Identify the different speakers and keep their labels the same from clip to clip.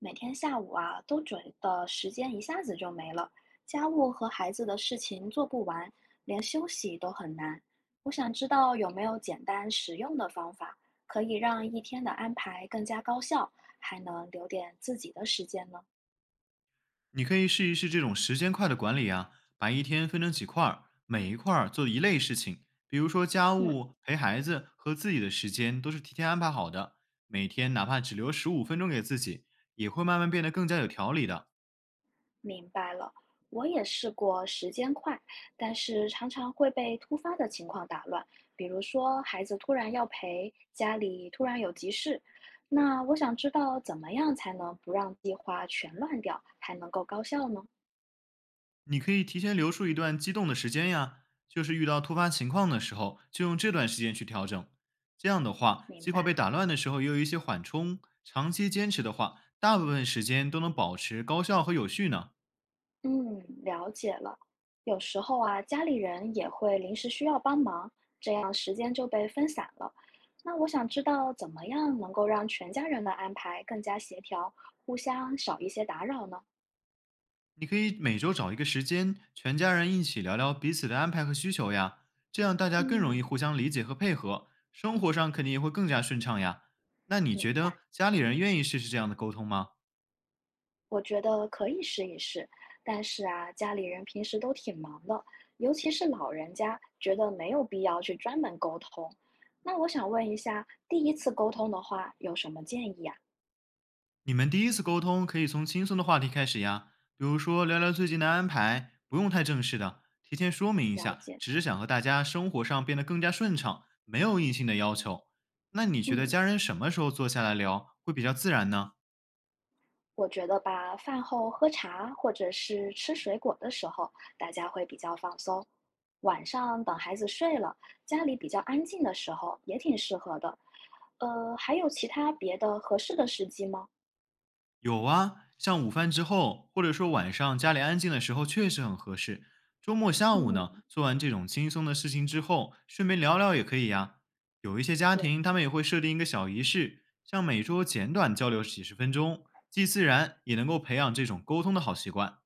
Speaker 1: 每天下午啊，都觉得时间一下子就没了，家务和孩子的事情做不完，连休息都很难。我想知道有没有简单实用的方法，可以让一天的安排更加高效，还能留点自己的时间呢？
Speaker 2: 你可以试一试这种时间块的管理啊，把一天分成几块儿，每一块儿做一类事情，比如说家
Speaker 1: 嗯，
Speaker 2: 务、陪孩子和自己的时间都是提前安排好的，每天哪怕只留15分钟给自己，也会慢慢变得更加有条理的。
Speaker 1: 明白了，我也试过时间快，但是常常会被突发的情况打乱，比如说孩子突然要陪，家里突然有急事。那我想知道怎么样才能不让计划全乱掉，还能够高效呢？
Speaker 2: 你可以提前留出一段激动的时间呀，就是遇到突发情况的时候，就用这段时间去调整。这样的话，
Speaker 1: 明
Speaker 2: 计划
Speaker 1: 白，
Speaker 2: 被打乱的时候也有一些缓冲。长期坚持的话，大部分时间都能保持高效和有序呢。
Speaker 1: 嗯，了解了。有时候啊，家里人也会临时需要帮忙，这样时间就被分散了。那我想知道怎么样能够让全家人的安排更加协调，互相少一些打扰呢？
Speaker 2: 你可以每周找一个时间，全家人一起聊聊彼此的安排和需求呀，这样大家更容易
Speaker 1: 嗯，
Speaker 2: 互相理解和配合，生活上肯定也会更加顺畅呀。那你
Speaker 1: 明
Speaker 2: 觉得
Speaker 1: 白。
Speaker 2: 家里人愿意试试这样的沟通吗？
Speaker 1: 我觉得可以试一试，但是啊，家里人平时都挺忙的，尤其是老人家，觉得没有必要去专门沟通。那我想问一下，第一次沟通的话，有什么建议啊？
Speaker 2: 你们第一次沟通可以从轻松的话题开始呀，比如说聊聊最近的安排，不用太正式的，提前说明一
Speaker 1: 了
Speaker 2: 下，
Speaker 1: 解。
Speaker 2: 只是想和大家生活上变得更加顺畅，没有硬性的要求。那你觉得
Speaker 1: 嗯，
Speaker 2: 家人什么时候坐下来聊会比较自然呢？
Speaker 1: 我觉得吧，饭后喝茶或者是吃水果的时候，大家会比较放松。晚上等孩子睡了，家里比较安静的时候，也挺适合的。还有其他别的合适的时机吗？
Speaker 2: 有啊，像午饭之后，或者说晚上家里安静的时候，确实很合适。周末下午呢，
Speaker 1: 嗯。
Speaker 2: 做完这种轻松的事情之后，顺便聊聊也可以呀。有一些家庭，
Speaker 1: 对，
Speaker 2: 他们也会设定一个小仪式，像每周简短交流几十分钟，既自然也能够培养这种沟通的好习惯。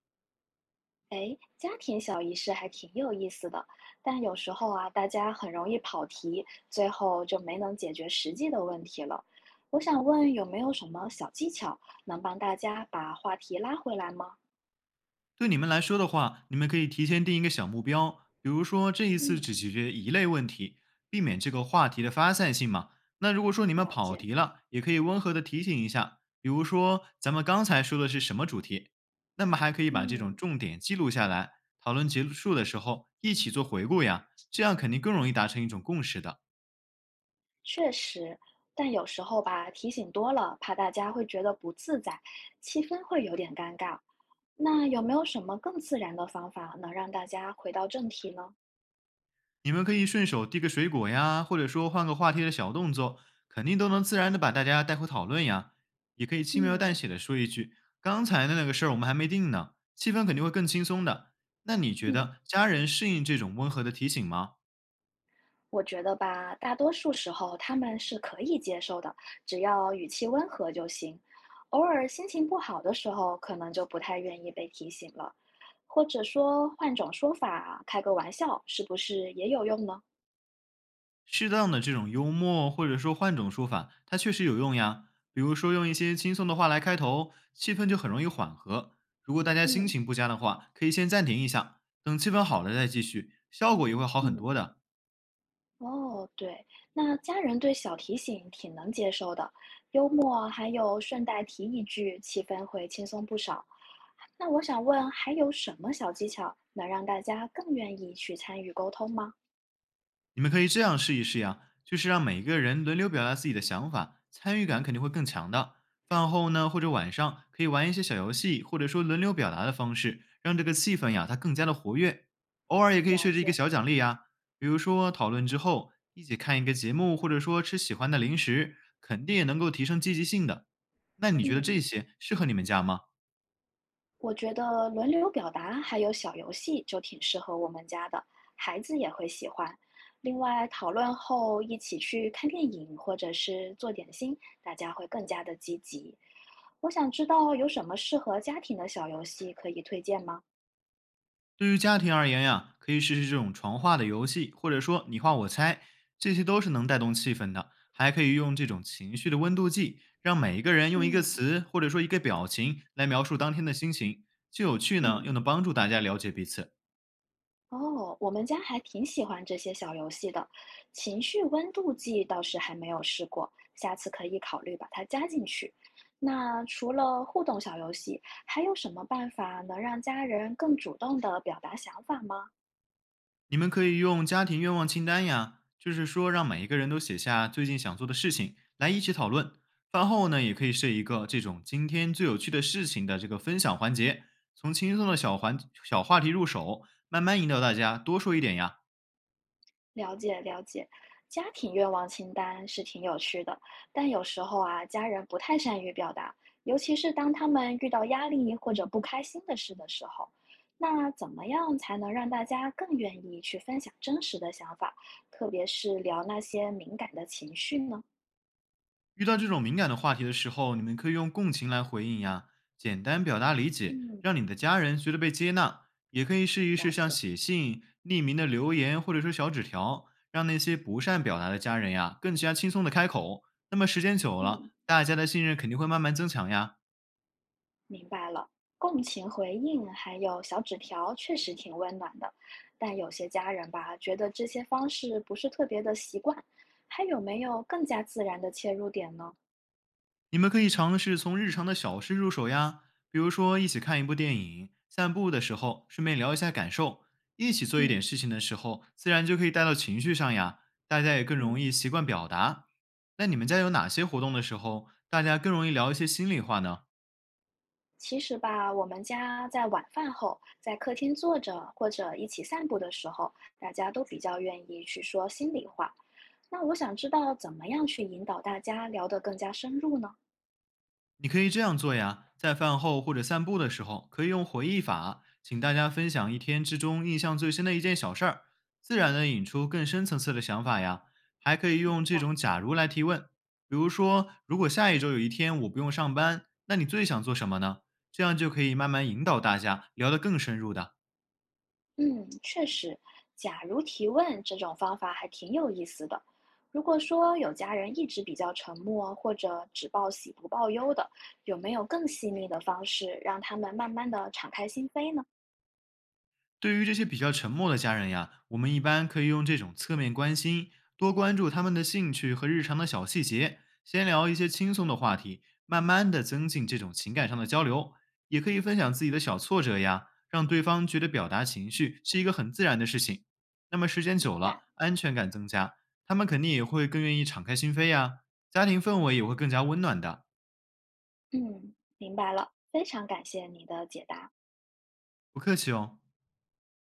Speaker 1: 哎，家庭小仪式还挺有意思的，但有时候啊，大家很容易跑题，最后就没能解决实际的问题了。我想问，有没有什么小技巧能帮大家把话题拉回来吗？
Speaker 2: 对你们来说的话，你们可以提前定一个小目标，比如说这一次
Speaker 1: 嗯，
Speaker 2: 只解决一类问题，避免这个话题的发散性嘛。那如果说你们
Speaker 1: 了
Speaker 2: 跑
Speaker 1: 解。
Speaker 2: 题了，也可以温和的提醒一下，比如说咱们刚才说的是什么主题，那么还可以把这种
Speaker 1: 嗯，
Speaker 2: 重点记录下来，讨论结束的时候一起做回顾呀，这样肯定更容易达成一种共识的。
Speaker 1: 确实，但有时候吧，提醒多了，怕大家会觉得不自在，气氛会有点尴尬。那有没有什么更自然的方法能让大家回到正题呢？
Speaker 2: 你们可以顺手递个水果呀，或者说换个话题的小动作，肯定都能自然的把大家带回讨论呀。也可以轻描淡
Speaker 1: 嗯
Speaker 2: 写的说一句：“刚才的那个事儿我们还没定呢。”气氛肯定会更轻松的。那你觉
Speaker 1: 嗯。
Speaker 2: 得家人适应这种温和的提醒吗？
Speaker 1: 我觉得吧，大多数时候他们是可以接受的，只要语气温和就行。偶尔心情不好的时候，可能就不太愿意被提醒了，或者说换种说法，开个玩笑，是不是也有用呢？
Speaker 2: 适当的这种幽默，或者说换种说法，它确实有用呀。比如说用一些轻松的话来开头，气氛就很容易缓和。如果大家心
Speaker 1: 嗯
Speaker 2: 情不佳的话，可以先暂停一下，等气氛好了再继续，效果也会好很
Speaker 1: 嗯，
Speaker 2: 多的。
Speaker 1: 哦，对，那家人对小提醒挺能接受的，幽默还有顺带提一句，气氛会轻松不少。那我想问，还有什么小技巧能让大家更愿意去参与沟通吗？
Speaker 2: 你们可以这样试一试呀，就是让每一个人轮流表达自己的想法，参与感肯定会更强的。饭后呢，或者晚上可以玩一些小游戏，或者说轮流表达的方式，让这个气氛呀它更加的活跃。偶尔也可以
Speaker 1: 了
Speaker 2: 设置一个
Speaker 1: 解，
Speaker 2: 小奖励呀，比如说讨论之后一起看一个节目，或者说吃喜欢的零食，肯定也能够提升积极性的。那你觉得这
Speaker 1: 嗯，
Speaker 2: 些适合你们家吗？
Speaker 1: 我觉得轮流表达还有小游戏就挺适合我们家的，孩子也会喜欢。另外，讨论后一起去看电影或者是做点心，大家会更加的积极。我想知道有什么适合家庭的小游戏可以推荐吗？
Speaker 2: 对于家庭而言呀，可以试试这种床画的游戏，或者说你画我猜，这些都是能带动气氛的。还可以用这种情绪的温度计，让每一个人用一个
Speaker 1: 嗯
Speaker 2: 词或者说一个表情来描述当天的心情，既有趣呢，又
Speaker 1: 嗯。
Speaker 2: 能帮助大家了解彼此。
Speaker 1: 哦，我们家还挺喜欢这些小游戏的，情绪温度计倒是还没有试过，下次可以考虑把它加进去。那除了互动小游戏，还有什么办法能让家人更主动的表达想法吗？
Speaker 2: 你们可以用家庭愿望清单呀，就是说让每一个人都写下最近想做的事情，来一起讨论。饭后呢，也可以设一个这种今天最有趣的事情的这个分享环节，从轻松的小话题入手，慢慢引导大家多说一点呀。
Speaker 1: 了解了解，家庭愿望清单是挺有趣的，但有时候啊，家人不太善于表达，尤其是当他们遇到压力或者不开心的事的时候。那怎么样才能让大家更愿意去分享真实的想法，特别是聊那些敏感的情绪呢？
Speaker 2: 遇到这种敏感的话题的时候，你们可以用共情来回应呀，简单表达理解，
Speaker 1: 嗯，
Speaker 2: 让你的家人觉得被接纳。也可以试一
Speaker 1: 了
Speaker 2: 试像
Speaker 1: 解，
Speaker 2: 写信、匿名的留言或者说小纸条，让那些不善表达的家人呀更加轻松的开口。那么时间久了，
Speaker 1: 嗯。
Speaker 2: 大家的信任肯定会慢慢增强呀。
Speaker 1: 明白了，共情回应还有小纸条确实挺温暖的，但有些家人吧，觉得这些方式不是特别的习惯，还有没有更加自然的切入点呢？
Speaker 2: 你们可以尝试从日常的小事入手呀，比如说一起看一部电影，散步的时候顺便聊一下感受，一起做一
Speaker 1: 嗯，
Speaker 2: 点事情的时候，自然就可以带到情绪上呀，大家也更容
Speaker 1: 嗯，
Speaker 2: 易习惯表达。那你们家有哪些活动的时候，大家更容易聊一些心里话呢？
Speaker 1: 其实吧，我们家在晚饭后，在客厅坐着或者一起散步的时候，大家都比较愿意去说心里话。那我想知道怎么样去引导大家聊得更加深入呢？
Speaker 2: 你可以这样做呀，在饭后或者散步的时候，可以用回忆法，请大家分享一天之中印象最深的一件小事儿，自然的引出更深层次的想法呀。还可以用
Speaker 1: 明
Speaker 2: 这
Speaker 1: 白。
Speaker 2: 种“假如”来提问，比如说，如果下一周有一天我不用上班，那你最想做什么呢？这样就可以慢慢引导大家聊得更深入的。
Speaker 1: 嗯，确实，假如提问这种方法还挺有意思的。如果说有家人一直比较沉默，或者只报喜不报忧的，有没有更细腻的方式让他们慢慢的敞开心扉呢？
Speaker 2: 对于这些比较沉默的家人呀，我们一般可以用这种侧面关心，多关注他们的兴趣和日常的小细节，先聊一些轻松的话题，慢慢的增进这种情感上的交流。也可以分享自己的小挫折呀，让对方觉得表达情绪是一个很自然的事情。那么时间
Speaker 1: 明
Speaker 2: 久
Speaker 1: 白，
Speaker 2: 了，安全感增加，他们肯定也会更愿意敞开心扉呀，家庭氛围也会更加温暖的。
Speaker 1: 嗯，明白了，非常感谢你的解答。
Speaker 2: 不客气哦。